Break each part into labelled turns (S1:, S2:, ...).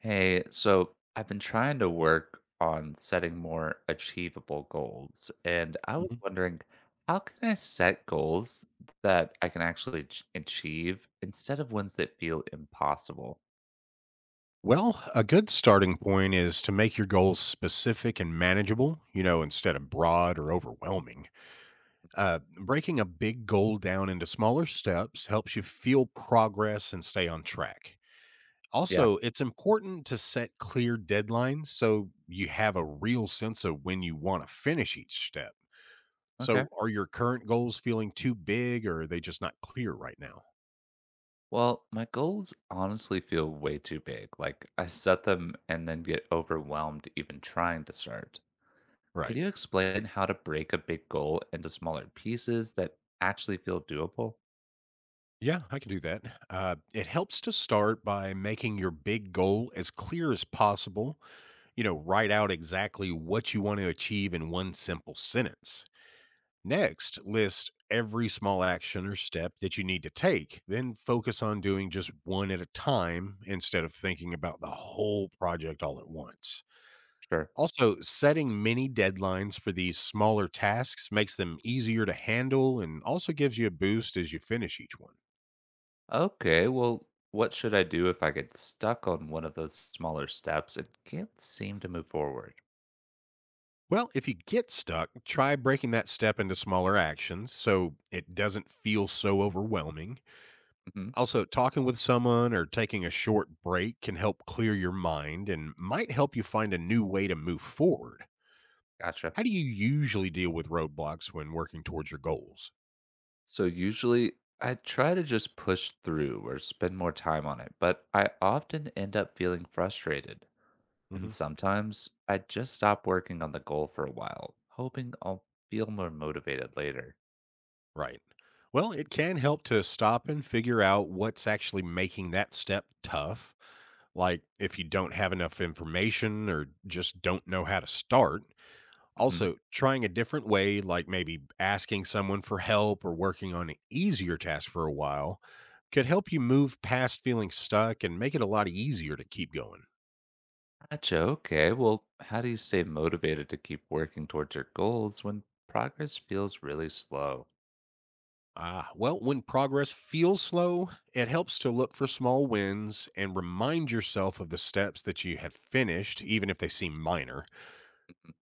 S1: Hey, so I've been trying to work on setting more achievable goals, and I was
S2: Mhm.
S1: wondering, how can I set goals that I can actually achieve instead of ones that feel impossible?
S2: Well, a good starting point is to make your goals specific and manageable, you know, instead of broad or overwhelming. Breaking a big goal down into smaller steps helps you feel progress and stay on track.
S1: Yeah.
S2: Also, it's important to set clear deadlines so you have a real sense of when you want to finish each step.
S1: Okay.
S2: So are your current goals feeling too big or are they just not clear right now?
S1: Well, my goals honestly feel way too big. Like I set them and then get overwhelmed even trying to start. Could
S2: Right.
S1: you explain how to break a big goal into smaller pieces that actually feel doable?
S2: Yeah, I can do that. It helps to start by making your big goal as clear as possible. You know, write out exactly what you want to achieve in one simple sentence. Next, list every small action or step that you need to take. Then focus on doing just one at a time instead of thinking about the whole project all at once.
S1: Sure.
S2: Also, setting mini deadlines for these smaller tasks makes them easier to handle and also gives you a boost as you finish each one.
S1: Okay, well, what should I do if I get stuck on one of those smaller steps and can't seem to move forward?
S2: Well, if you get stuck, try breaking that step into smaller actions so it doesn't feel so overwhelming.
S1: hmm
S2: Also, talking with someone or taking a short break can help clear your mind and might help you find a new way to move forward.
S1: Gotcha.
S2: How do you usually deal with roadblocks when working towards your goals?
S1: So usually I try to just push through or spend more time on it, but I often end up feeling frustrated. And
S2: Mhm.
S1: sometimes I just stop working on the goal for a while, hoping I'll feel more motivated later.
S2: Right. Well, it can help to stop and figure out what's actually making that step tough. Like if you don't have enough information or just don't know how to start.
S1: hmm
S2: Also, trying a different way, like maybe asking someone for help or working on an easier task for a while, could help you move past feeling stuck and make it a lot easier to keep going.
S1: Gotcha. Okay. Well, how do you stay motivated to keep working towards your goals when progress feels really slow?
S2: Ah, well, when progress feels slow, it helps to look for small wins and remind yourself of the steps that you have finished, even if they seem minor.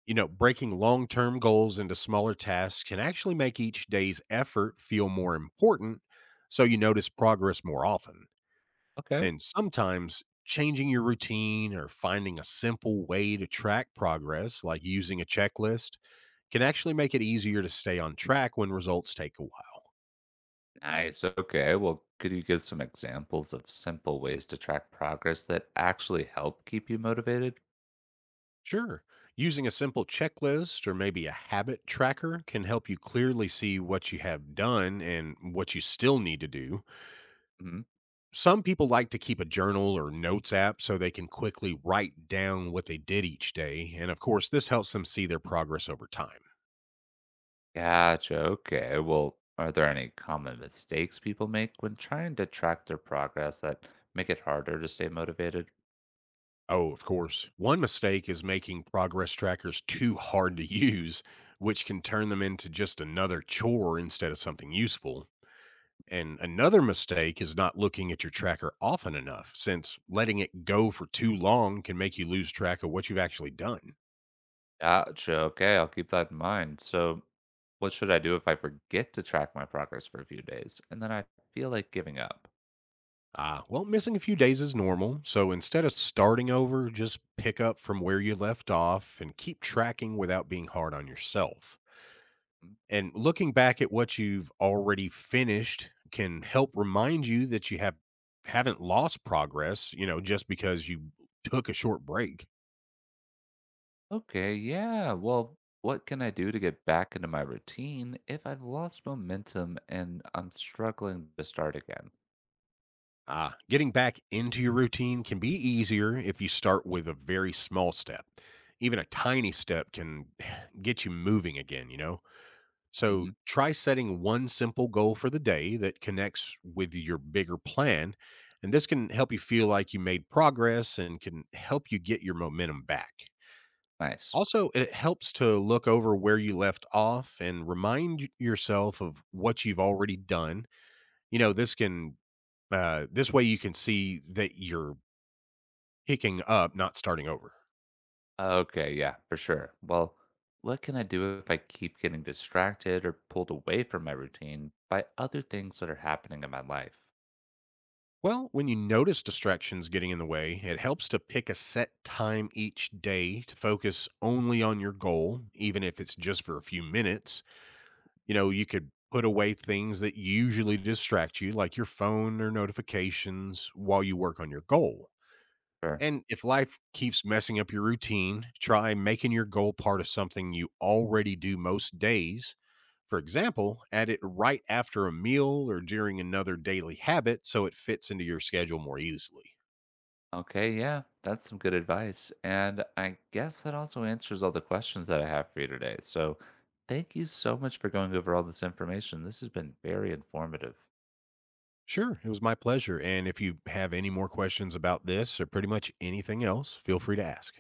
S2: You know, breaking long term goals into smaller tasks can actually make each day's effort feel more important, so you notice progress more often.
S1: Okay.
S2: And sometimes changing your routine or finding a simple way to track progress, like using a checklist, can actually make it easier to stay on track when results take a while.
S1: Nice. Okay, well, could you give some examples of simple ways to track progress that actually help keep you motivated?
S2: Sure. Using a simple checklist or maybe a habit tracker can help you clearly see what you have done and what you still need to do.
S1: hmm
S2: Some people like to keep a journal or notes app so they can quickly write down what they did each day. And of course, this helps them see their progress over time.
S1: Gotcha. Okay. Well, are there any common mistakes people make when trying to track their progress that make it harder to stay motivated?
S2: Oh, of course. One mistake is making progress trackers too hard to use, which can turn them into just another chore instead of something useful. And another mistake is not looking at your tracker often enough, since letting it go for too long can make you lose track of what you've actually done.
S1: Gotcha. Okay. I'll keep that in mind. So, what should I do if I forget to track my progress for a few days and then I feel like giving up?
S2: Ah, well, missing a few days is normal, so instead of starting over, just pick up from where you left off and keep tracking without being hard on yourself. And looking back at what you've already finished can help remind you that you haven't lost progress, you know, just because you took a short break.
S1: Okay, yeah. Well, what can I do to get back into my routine if I've lost momentum and I'm struggling to start again?
S2: Ah, getting back into your routine can be easier if you start with a very small step. Even a tiny step can get you moving again, you know? So
S1: hmm
S2: try setting one simple goal for the day that connects with your bigger plan. And this can help you feel like you made progress and can help you get your momentum back.
S1: Nice.
S2: Also, it helps to look over where you left off and remind yourself of what you've already done. You know, this way you can see that you're picking up, not starting over.
S1: Okay, yeah, for sure. Well, what can I do if I keep getting distracted or pulled away from my routine by other things that are happening in my life?
S2: Well, when you notice distractions getting in the way, it helps to pick a set time each day to focus only on your goal, even if it's just for a few minutes. You know, you could put away things that usually distract you, like your phone or notifications, while you work on your goal.
S1: Sure.
S2: And if life keeps messing up your routine, try making your goal part of something you already do most days. For example, add it right after a meal or during another daily habit so it fits into your schedule more easily.
S1: Okay, yeah, that's some good advice. And I guess that also answers all the questions that I have for you today. So thank you so much for going over all this information. This has been very informative.
S2: Sure, it was my pleasure. And if you have any more questions about this or pretty much anything else, feel free to ask.